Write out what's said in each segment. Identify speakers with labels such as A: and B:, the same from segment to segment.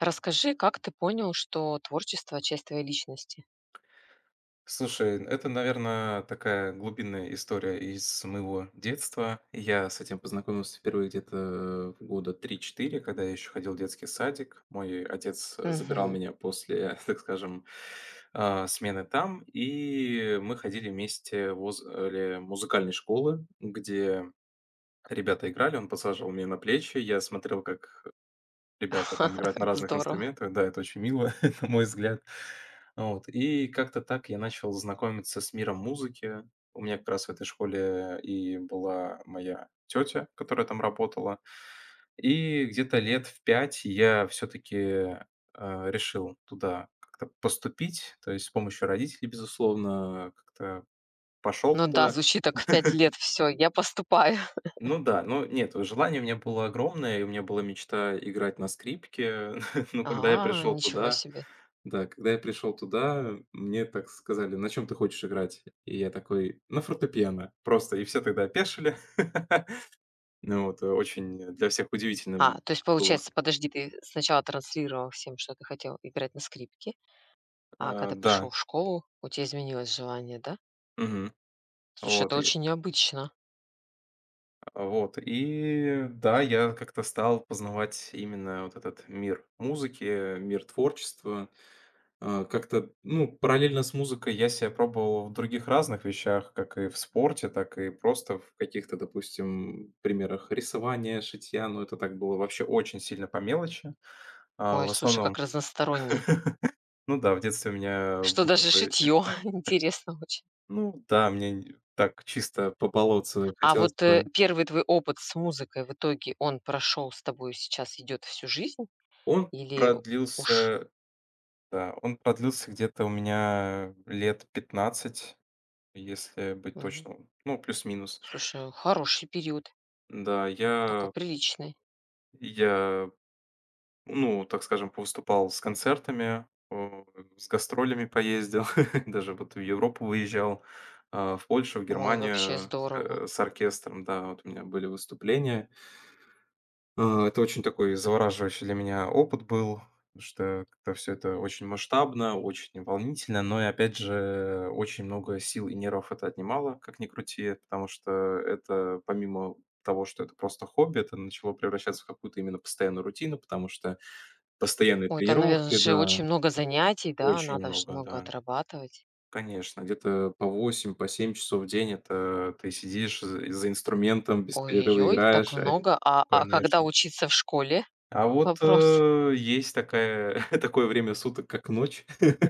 A: Расскажи, как ты понял, что творчество – часть твоей личности?
B: Слушай, это, наверное, такая глубинная история из моего детства. Я с этим познакомился впервые где-то в года три-четыре, когда я еще ходил в детский садик. Мой отец забирал
A: Мгм.
B: меня после, так скажем, смены там, и мы ходили вместе возле музыкальной школы, где ребята играли, он посаживал меня на плечи, я смотрел, как ребята там играют на разных
A: Здорово.
B: инструментах. Да, это очень мило, на мой взгляд. Вот. И как-то так я начал знакомиться с миром музыки. У меня как раз в этой школе и была моя тетя, которая там работала. И где-то лет в 5 я все-таки решил туда как-то поступить, то есть с помощью родителей, безусловно, как-то пошел
A: Ну да,
B: туда.
A: звучит так в пять лет, все. Я поступаю.
B: Ну да, ну нет, желание у меня было огромное, и у меня была мечта играть на скрипке. Ну когда я
A: А,
B: пришел
A: ничего
B: туда,
A: себе.
B: Да, когда я пришел туда, мне так сказали: "На чем ты хочешь играть?" И я такой: "На фортепиано". Просто, и все тогда опешили. Ну вот, очень для всех
A: А,
B: удивительным
A: то есть
B: было.
A: получается, подожди, ты сначала транслировал всем, что ты хотел играть на скрипке, а
B: Э,
A: когда пришел
B: да,
A: в школу, у тебя изменилось желание, да?
B: мгм.
A: Слушай,
B: Вот
A: это
B: и
A: очень необычно.
B: вот и да, я как-то стал познавать именно вот этот мир музыки, мир творчества. Как-то, ну, параллельно с музыкой я себя пробовал в других разных вещах, как и в спорте, так и просто в каких-то, допустим, примерах рисования, шитья. Ну это так было вообще очень сильно по мелочи,
A: Ой,
B: в
A: слушай,
B: основном.
A: как разносторонне,
B: Ну да, в детстве у меня
A: что
B: был
A: даже
B: такой,
A: шитье, интересно очень.
B: ну да, мне так чисто по болотцу
A: А
B: хотелось
A: вот,
B: бы.
A: 1 твой опыт с музыкой в итоге, он прошел с тобой сейчас идет всю жизнь?
B: Он
A: Или уж
B: продлился, да, он продлился где-то у меня лет 15, если быть
A: мгм.
B: точным, ну плюс-минус.
A: Слушай, хороший период,
B: Да,
A: такой
B: я
A: приличный.
B: Я, ну, так скажем, повыступал с концертами, с гастролями поездил, даже вот в Европу выезжал, в Польшу, в
A: Ой, вообще
B: Германию с
A: здорово.
B: э, с оркестром, да, вот у меня были выступления. Это очень такой завораживающий для меня опыт был, потому что как-то все это очень масштабно, очень волнительно, но и опять же очень много сил и нервов это отнимало, как ни крути, потому что это помимо того, что это просто хобби, это начало превращаться в какую-то именно постоянную рутину, потому что постоянные
A: Ой, там, наверное
B: тренировки,
A: же,
B: да,
A: очень много занятий, да,
B: очень
A: надо ж
B: много,
A: много
B: да.
A: отрабатывать.
B: Конечно, где-то по 8, по 7 часов в день это ты сидишь за инструментом, без перерыва
A: Ой-ой-ой, так
B: играешь.
A: много. А когда
B: Конечно.
A: учиться в школе?
B: А вот,
A: Вопрос.
B: э, есть такая Такое время суток, как ночь.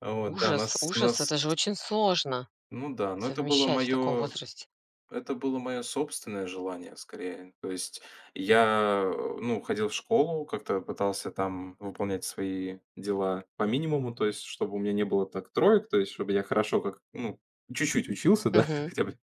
B: Вот, да,
A: Ужас,
B: нас
A: ужас,
B: нас
A: это же очень сложно
B: ну да,
A: совмещать в таком возрасте.
B: это было мое собственное желание скорее. То есть я, ну, ходил в школу, как-то пытался там выполнять свои дела по минимуму, то есть чтобы у меня не было так троек, то есть чтобы я хорошо как, ну, чуть-чуть учился, да,
A: Мгм.
B: хотя бы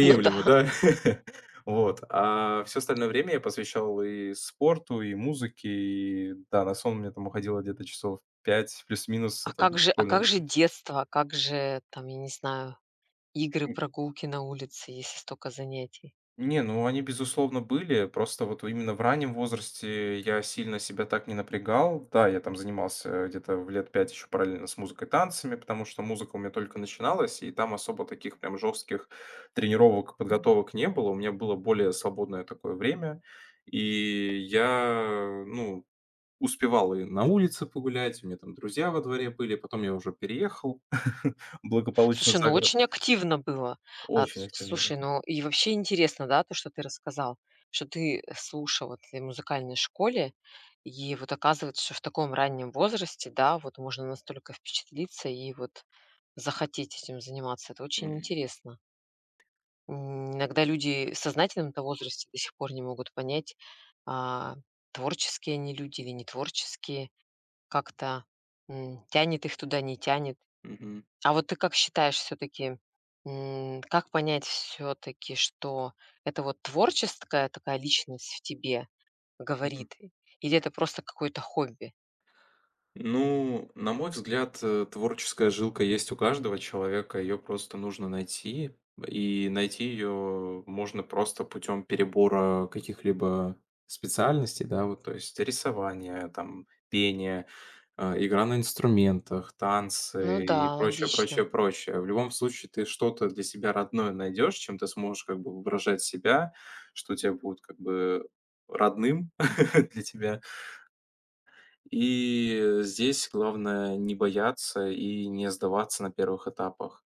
A: Ну да.
B: да. Вот, а все остальное время я посвящал и спорту, и музыке, и да, на сон у меня там уходило где-то часов 5 плюс-минус.
A: А
B: Это вот
A: как же а как
B: школьным.
A: же детство? А как же там, я не знаю, игры, прогулки на улице, если столько занятий?
B: Не, ну они, безусловно, были. Просто вот именно в раннем возрасте я сильно себя так не напрягал. Да, я там занимался где-то в лет 5 еще параллельно с музыкой и танцами, потому что музыка у меня только начиналась, и там особо таких прям жестких тренировок, подготовок не было. У меня было более свободное такое время, и я, ну, успевал и на улице погулять, у меня там друзья во дворе были, потом я уже переехал благополучно
A: Слушай,
B: за
A: ну
B: город.
A: очень активно было. А,
B: Очень
A: с
B: активно, да.
A: слушай, ну и вообще интересно, да, то, что ты рассказал, что ты слушал вот в этой музыкальной школе. И вот оказывается, что в таком раннем возрасте, да, вот можно настолько впечатлиться и вот захотеть этим заниматься. Это очень
B: М,
A: интересно. М, иногда люди в сознательном-то возрасте до сих пор не могут понять, а, творческие они люди или нетворческие, как-то, м, тянет их туда, не тянет.
B: мгм,
A: А вот ты как считаешь, все таки как понять, все таки что это вот творческая такая личность в тебе
B: мгм.
A: говорит или это просто какое-то хобби?
B: Ну, на мой взгляд, творческая жилка есть у каждого человека, ее просто нужно найти. И найти ее можно просто путем перебора каких-либо специальностей, да, вот, то есть рисование, там, пение, игра на инструментах,
A: Ну
B: танцы и
A: да,
B: прочее,
A: логично.
B: прочее, прочее. В любом случае ты что-то для себя родное найдешь, чем ты сможешь как бы выражать себя, что тебе будет как бы родным для тебя. И здесь главное не бояться и не сдаваться на первых этапах,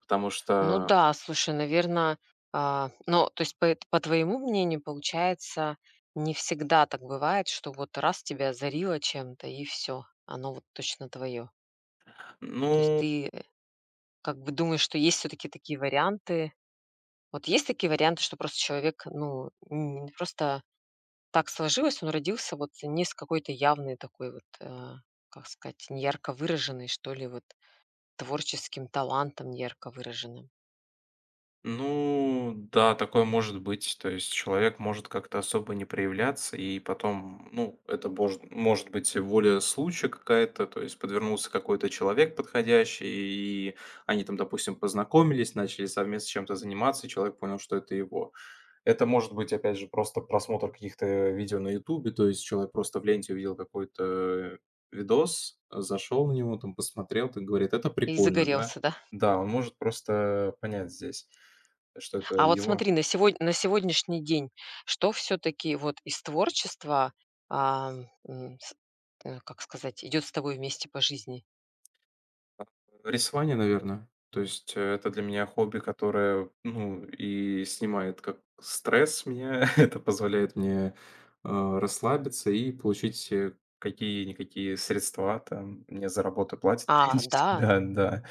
B: потому
A: Ну
B: что,
A: да, слушай, наверное, а, ну, то есть, по твоему мнению, получается, не всегда так бывает, что вот раз тебя озарило чем-то и все, оно вот точно твое. То есть
B: ну
A: ты, э, как бы думаешь, что есть все таки такие варианты. Вот есть такие варианты, что просто человек, ну, н просто так сложилось, он родился вот не с какой-то явной такой вот, э, как сказать, неярко выраженной, что ли, вот творческим талантом неярко выраженным.
B: ну да, такое может быть. То есть человек может как-то особо не проявляться, и потом, ну, это бож может быть воля случая какая-то, то есть подвернулся какой-то человек подходящий, и они там, допустим, познакомились, начали совместно чем-то заниматься, и человек понял, что это его. Это может быть, опять же, просто просмотр каких-то видео на "Ютубе", то есть человек просто в ленте увидел какой-то видос, зашел на него, там посмотрел, так говорит: "Это
A: И
B: прикольно", да.
A: загорелся, да?
B: Да, он может просто понять здесь, что это
A: А вот
B: его.
A: смотри, на сегодняшний день, что все таки вот из творчества, а, м, как сказать, идет с тобой вместе по жизни?
B: Рисование, наверное. То есть, это для меня хобби, которое, ну, и снимает как стресс с меня. Это позволяет мне, расслабиться и получить, какие-никакие средства. Там мне за работу платят
A: А, да?
B: периодически. Да, да.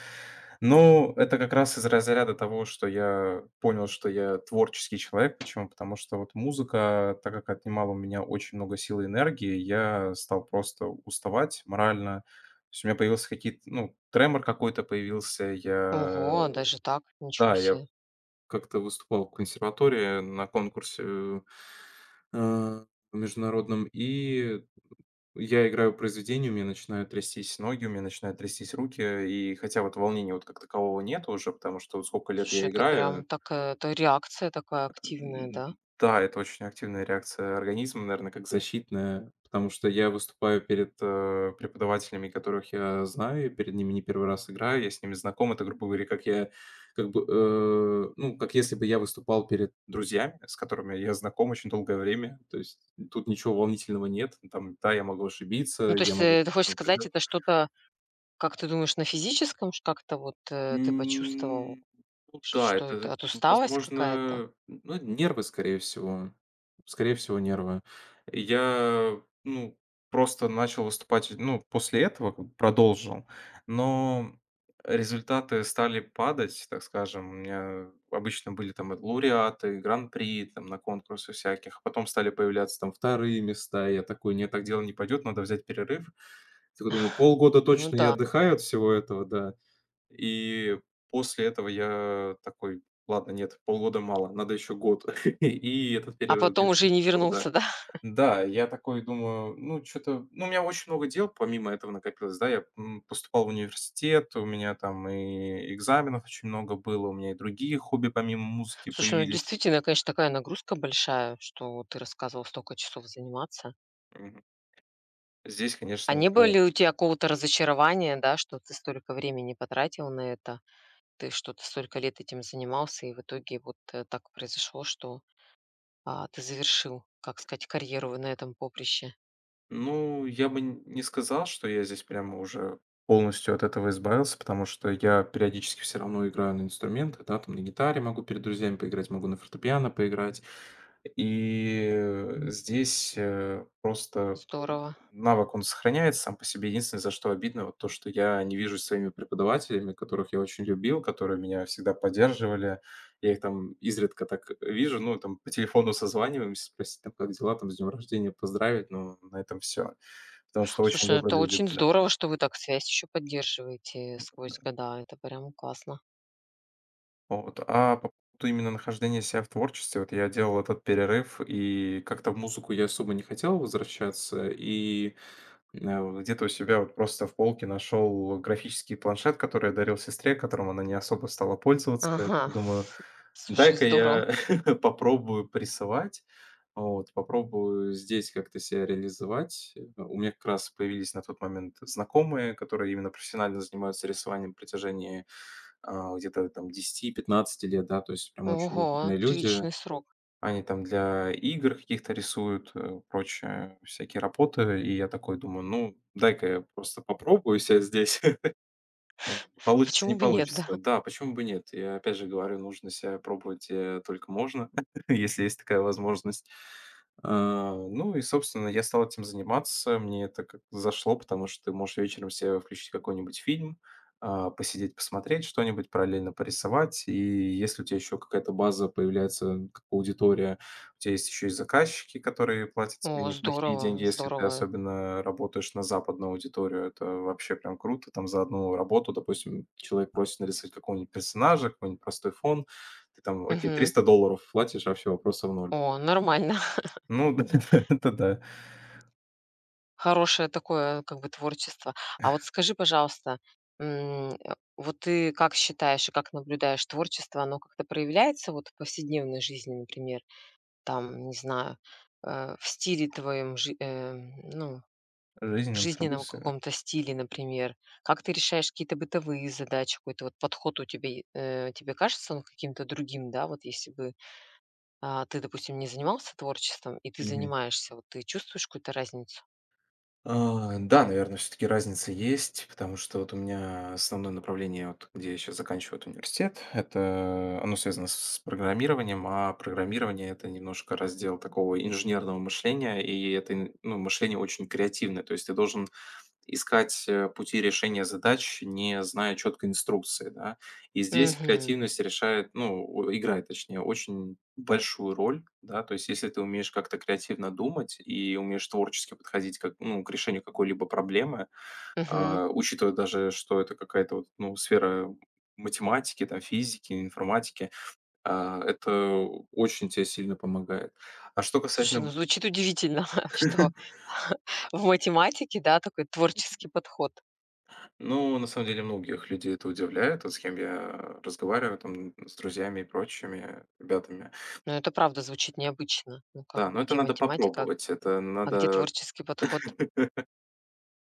B: Но это как раз из разряда того, что я понял, что я творческий человек. Почему? Потому что вот музыка, так как отнимала у меня очень много сил и энергии, я стал просто уставать морально. То есть у меня появился какие-то, ну, тремор какой-то появился.
A: Ого, даже так? Ничего
B: Да, я
A: себе.
B: как-то выступал в консерватории на конкурсе, э, международном, и я играю произведение, у меня начинают трястись ноги, у меня начинают трястись руки. И хотя вот волнения вот как такового нет уже, потому что вот сколько лет
A: Слушай,
B: я
A: это
B: играю.
A: прям так, э, это реакция такая активная,
B: М,
A: да?
B: да, это очень активная реакция организма, наверное, как защитная, потому что я выступаю перед, преподавателями, которых я знаю, и перед ними не первый раз играю, я с ними знаком. Это, грубо говоря, как я, как бы, ну, как если бы я выступал перед друзьями, с которыми я знаком очень долгое время. То есть тут ничего волнительного нет. Там, да, я могу ошибиться,
A: Ну, то
B: я
A: есть,
B: могу
A: э, ты хочешь
B: что-то.
A: сказать, это что-то, как ты думаешь, на физическом ш как-то вот, э, ты
B: М,
A: почувствовал,
B: ну
A: ш
B: да,
A: что
B: это,
A: это, от усталость какая-то?
B: возможно, ну, это нервы, скорее всего. Скорее всего, нервы. Я, ну, просто начал выступать, ну, после этого как бы продолжил, но результаты стали падать, так скажем. У меня обычно были там и лауреаты, и гран-при, там на конкурсы всяких, а потом стали появляться там вторые места. И я такой: "Нет, так дело не пойдет, надо взять перерыв". Такой думаю: полгода
A: Ну
B: точно я
A: да.
B: отдыхаю от всего этого, да. И после этого я такой: "Ладно, нет, полгода мало, надо еще год". И этот
A: А
B: период
A: потом
B: длится
A: уже и
B: до
A: не
B: сих пор, да.
A: вернулся, да?
B: Да, я такой думаю, ну, что то ну, у меня очень много дел помимо этого накопилось, да. Я, поступал в университет, у меня там и экзаменов очень много было, у меня и другие хобби помимо музыки
A: Слушай, ну
B: появились.
A: действительно, конечно, такая нагрузка большая, что вот ты рассказывал, столько часов заниматься.
B: Мгм. Здесь,
A: А
B: конечно,
A: не было ли у тебя какого-то разочарования, да, что ты столько времени потратил на это, ты что-то столько лет этим занимался, и в итоге вот, э, так произошло, что, а, ты завершил, как сказать, карьеру на этом поприще?
B: ну, я бы н не сказал, что я здесь прямо уже полностью от этого избавился, потому что я периодически все равно играю на инструментах, да, там на гитаре могу перед друзьями поиграть, могу на фортепиано поиграть. И здесь, просто
A: Здорово.
B: навык, он сохраняется сам по себе. Единственное, за что обидно, вот то, что я не вижу своими преподавателями, которых я очень любил, которые меня всегда поддерживали. Я их там изредка так вижу, ну, там по телефону созваниваемся, спросить, там, как дела, там, с днем рождения поздравить, но на этом все. Потому что очень
A: Слушай, ну
B: добрые
A: это
B: люди
A: очень
B: были.
A: здорово, что вы так связь еще поддерживаете сквозь
B: Да.
A: года. Это прям классно.
B: Вот. А по поводу именно нахождения себя в творчестве, вот я делал этот перерыв, и как-то в музыку я особо не хотел возвращаться, и вот где-то у себя вот просто в полке нашел графический планшет, который я дарил сестре, которым она не особо стала пользоваться. Я такой
A: Ага,
B: думаю,
A: слушай,
B: дай-ка
A: здорово.
B: я попробую прессовать, вот, попробую здесь как-то себя реализовать. У меня как раз появились на тот момент знакомые, которые именно профессионально занимаются рисованием в протяжении где-то там 10-15 лет, да, то есть прям очень
A: Ого,
B: опытные люди.
A: приличный срок.
B: Они там для игр каких-то рисуют, прочее, всякие работы. И я такой думаю: "Ну, дай-ка я просто попробую себя здесь. Да. Получится,
A: Почему
B: не
A: бы нет, да?
B: получится". Да, почему бы нет? Я опять же говорю, нужно себя пробовать, только можно, если есть такая возможность. Ну и, собственно, я стал этим заниматься. Мне это как зашло, потому что ты можешь вечером себе включить какой-нибудь фильм, посидеть, посмотреть что-нибудь, параллельно порисовать. И если у тебя еще какая-то база появляется, как аудитория у тя есть еще и заказчики, которые платят тебе
A: О,
B: неплохие деньги,
A: здорово,
B: если ты
A: здорово.
B: особенно работаешь на западную аудиторию. Это вообще прям круто. Там за одну работу, допустим, человек просит нарисовать какого-нибудь персонажа, какой-нибудь простой фон. Ты там, окей,
A: Мгм.
B: 300 долларов платишь, а всё, вопросов ноль.
A: О, нормально.
B: Ну да, это да.
A: Хорошее такое как бы творчество. А вот скажи, пожалуйста, м, э, вот ты как считаешь и как наблюдаешь, творчество, оно как-то проявляется вот в повседневной жизни, например, там, не знаю, э, в стиле твоем, ну,
B: Жизнь
A: в
B: нам с работой.
A: жизненном каком-то стиле, например? Как ты решаешь какие-то бытовые задачи? Какой-то вот подход у тебя, тебе кажется, он каким-то другим, да? Вот если бы а, ты, допустим, не занимался творчеством, и ты занимаешься, вот ты чувствуешь какую-то разницу?
B: Да, наверное, все таки разница есть, потому что вот у меня основное направление, вот где я сейчас заканчиваю вот университет, это оно связано с программированием, а программирование — это немножко раздел такого инженерного мышления, и это, ин ну, мышление очень креативное. То есть ты должен искать, пути решения задач, не зная четкой инструкции, да. И здесь
A: Угу,
B: креативность решает, ну, о играет, точнее, очень большую роль, да. То есть если ты умеешь как-то креативно думать и умеешь творчески подходить как ну, к решению какой-либо проблемы,
A: угу.
B: учитывая даже, что это какая-то вот, ну, сфера математики, там, физики, информатики, это очень тебе сильно помогает. А что
A: Слушай, ну
B: касательно.
A: звучит удивительно, что в математике, да, такой творческий подход.
B: Ну, на самом деле, многих людей это удивляет, вот с кем я разговариваю, там, с друзьями и прочими ребятами.
A: Но это правда звучит необычно. Ну как
B: Да,
A: бы
B: но это
A: где
B: надо
A: математика,
B: попробовать, это
A: а где
B: надо
A: творческий подход?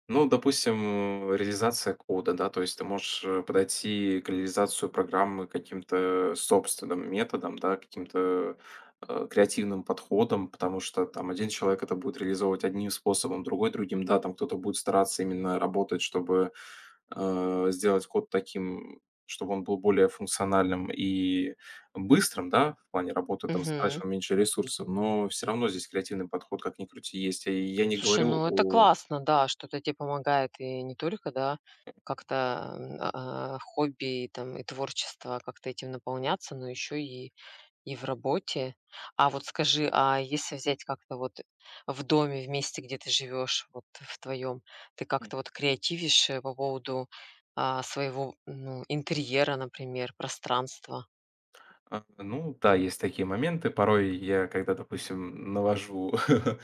B: ну, допустим, реализация кода, да, то есть ты можешь подойти к реализацию программы каким-то собственным методом, да, каким-то креативным подходом, потому что там один человек это будет реализовывать одним способом, другой другим, да, там кто-то будет стараться именно работать, чтобы сделать код таким, чтобы он был более функциональным и быстрым, да, в плане работы там
A: Мгм.
B: затрачивал меньше ресурсов, но все равно здесь креативный подход, как ни крути, есть. И я не
A: Слушай,
B: говорю
A: ну это
B: о.
A: классно, да, что это тебе помогает и не только, да, как-то, м, а, хобби и там, и творчество как-то этим наполняться, но еще и в работе. А вот скажи, а если взять как-то вот в доме, в месте, где ты живешь, вот в твоем, ты как-то вот креативишь, э, по поводу, а, своего, ну, интерьера, например, пространства?
B: Ну да, есть такие моменты. Порой я, когда, допустим, навожу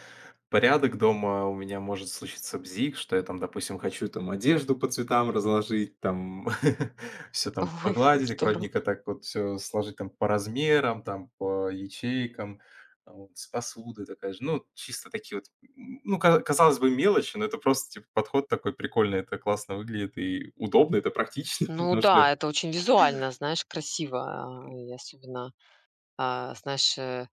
B: порядок дома, у меня может случиться бзик, что я там, допустим, хочу там одежду по цветам разложить, там все там
A: Ой, как
B: погладить,
A: здорово.
B: аккуратненько так вот все сложить там по размерам, там по ячейкам, а вот с посуды такая же. Ну, чисто такие вот, ну, казалось бы, мелочи, но это просто типа подход такой прикольный, это классно выглядит и удобно, это практично,
A: Ну
B: потому что.
A: да, это очень визуально, знаешь, красиво, а, и особенно, а, знаешь, э.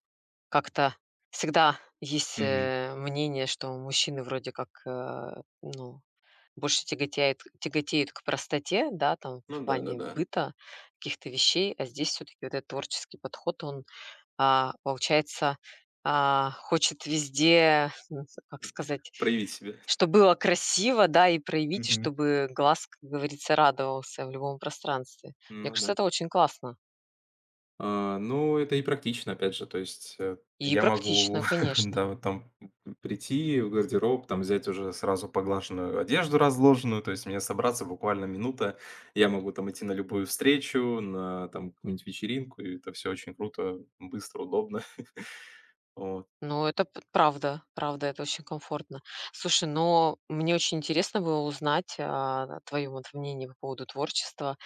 A: Как-то всегда есть,
B: Мгм.
A: э, мнение, что мужчины вроде как, э, ну, больше тяготеют к простоте, да, там, в
B: Ну да, да,
A: плане
B: да.
A: быта, каких-то вещей, а здесь все таки вот этот творческий подход, он, а, получается, а, хочет везде, ну, как сказать,
B: Проявить себя.
A: что было красиво, да, и проявить, и
B: Мгм.
A: чтобы глаз, как говорится, радовался в любом пространстве. Мне
B: Ну
A: кажется,
B: да.
A: это очень классно
B: Ну, это и практично, опять же. То есть,
A: и
B: я могу,
A: практично, конечно.
B: да, вот там прийти в гардероб, там взять уже сразу поглаженную одежду разложенную. То есть мне собраться буквально минута. Я могу там идти на любую встречу, на там какую-нибудь вечеринку, и это все очень круто, быстро, удобно. Вот.
A: Ну, это п правда, правда, это очень комфортно. Слушай, но мне очень интересно было узнать, а, твое вот мнение по поводу творчества.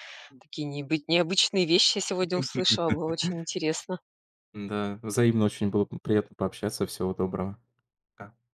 A: Такие небы необычные вещи я сегодня услышала, было очень интересно.
B: Да, взаимно очень было приятно пообщаться. Всего доброго. Пока.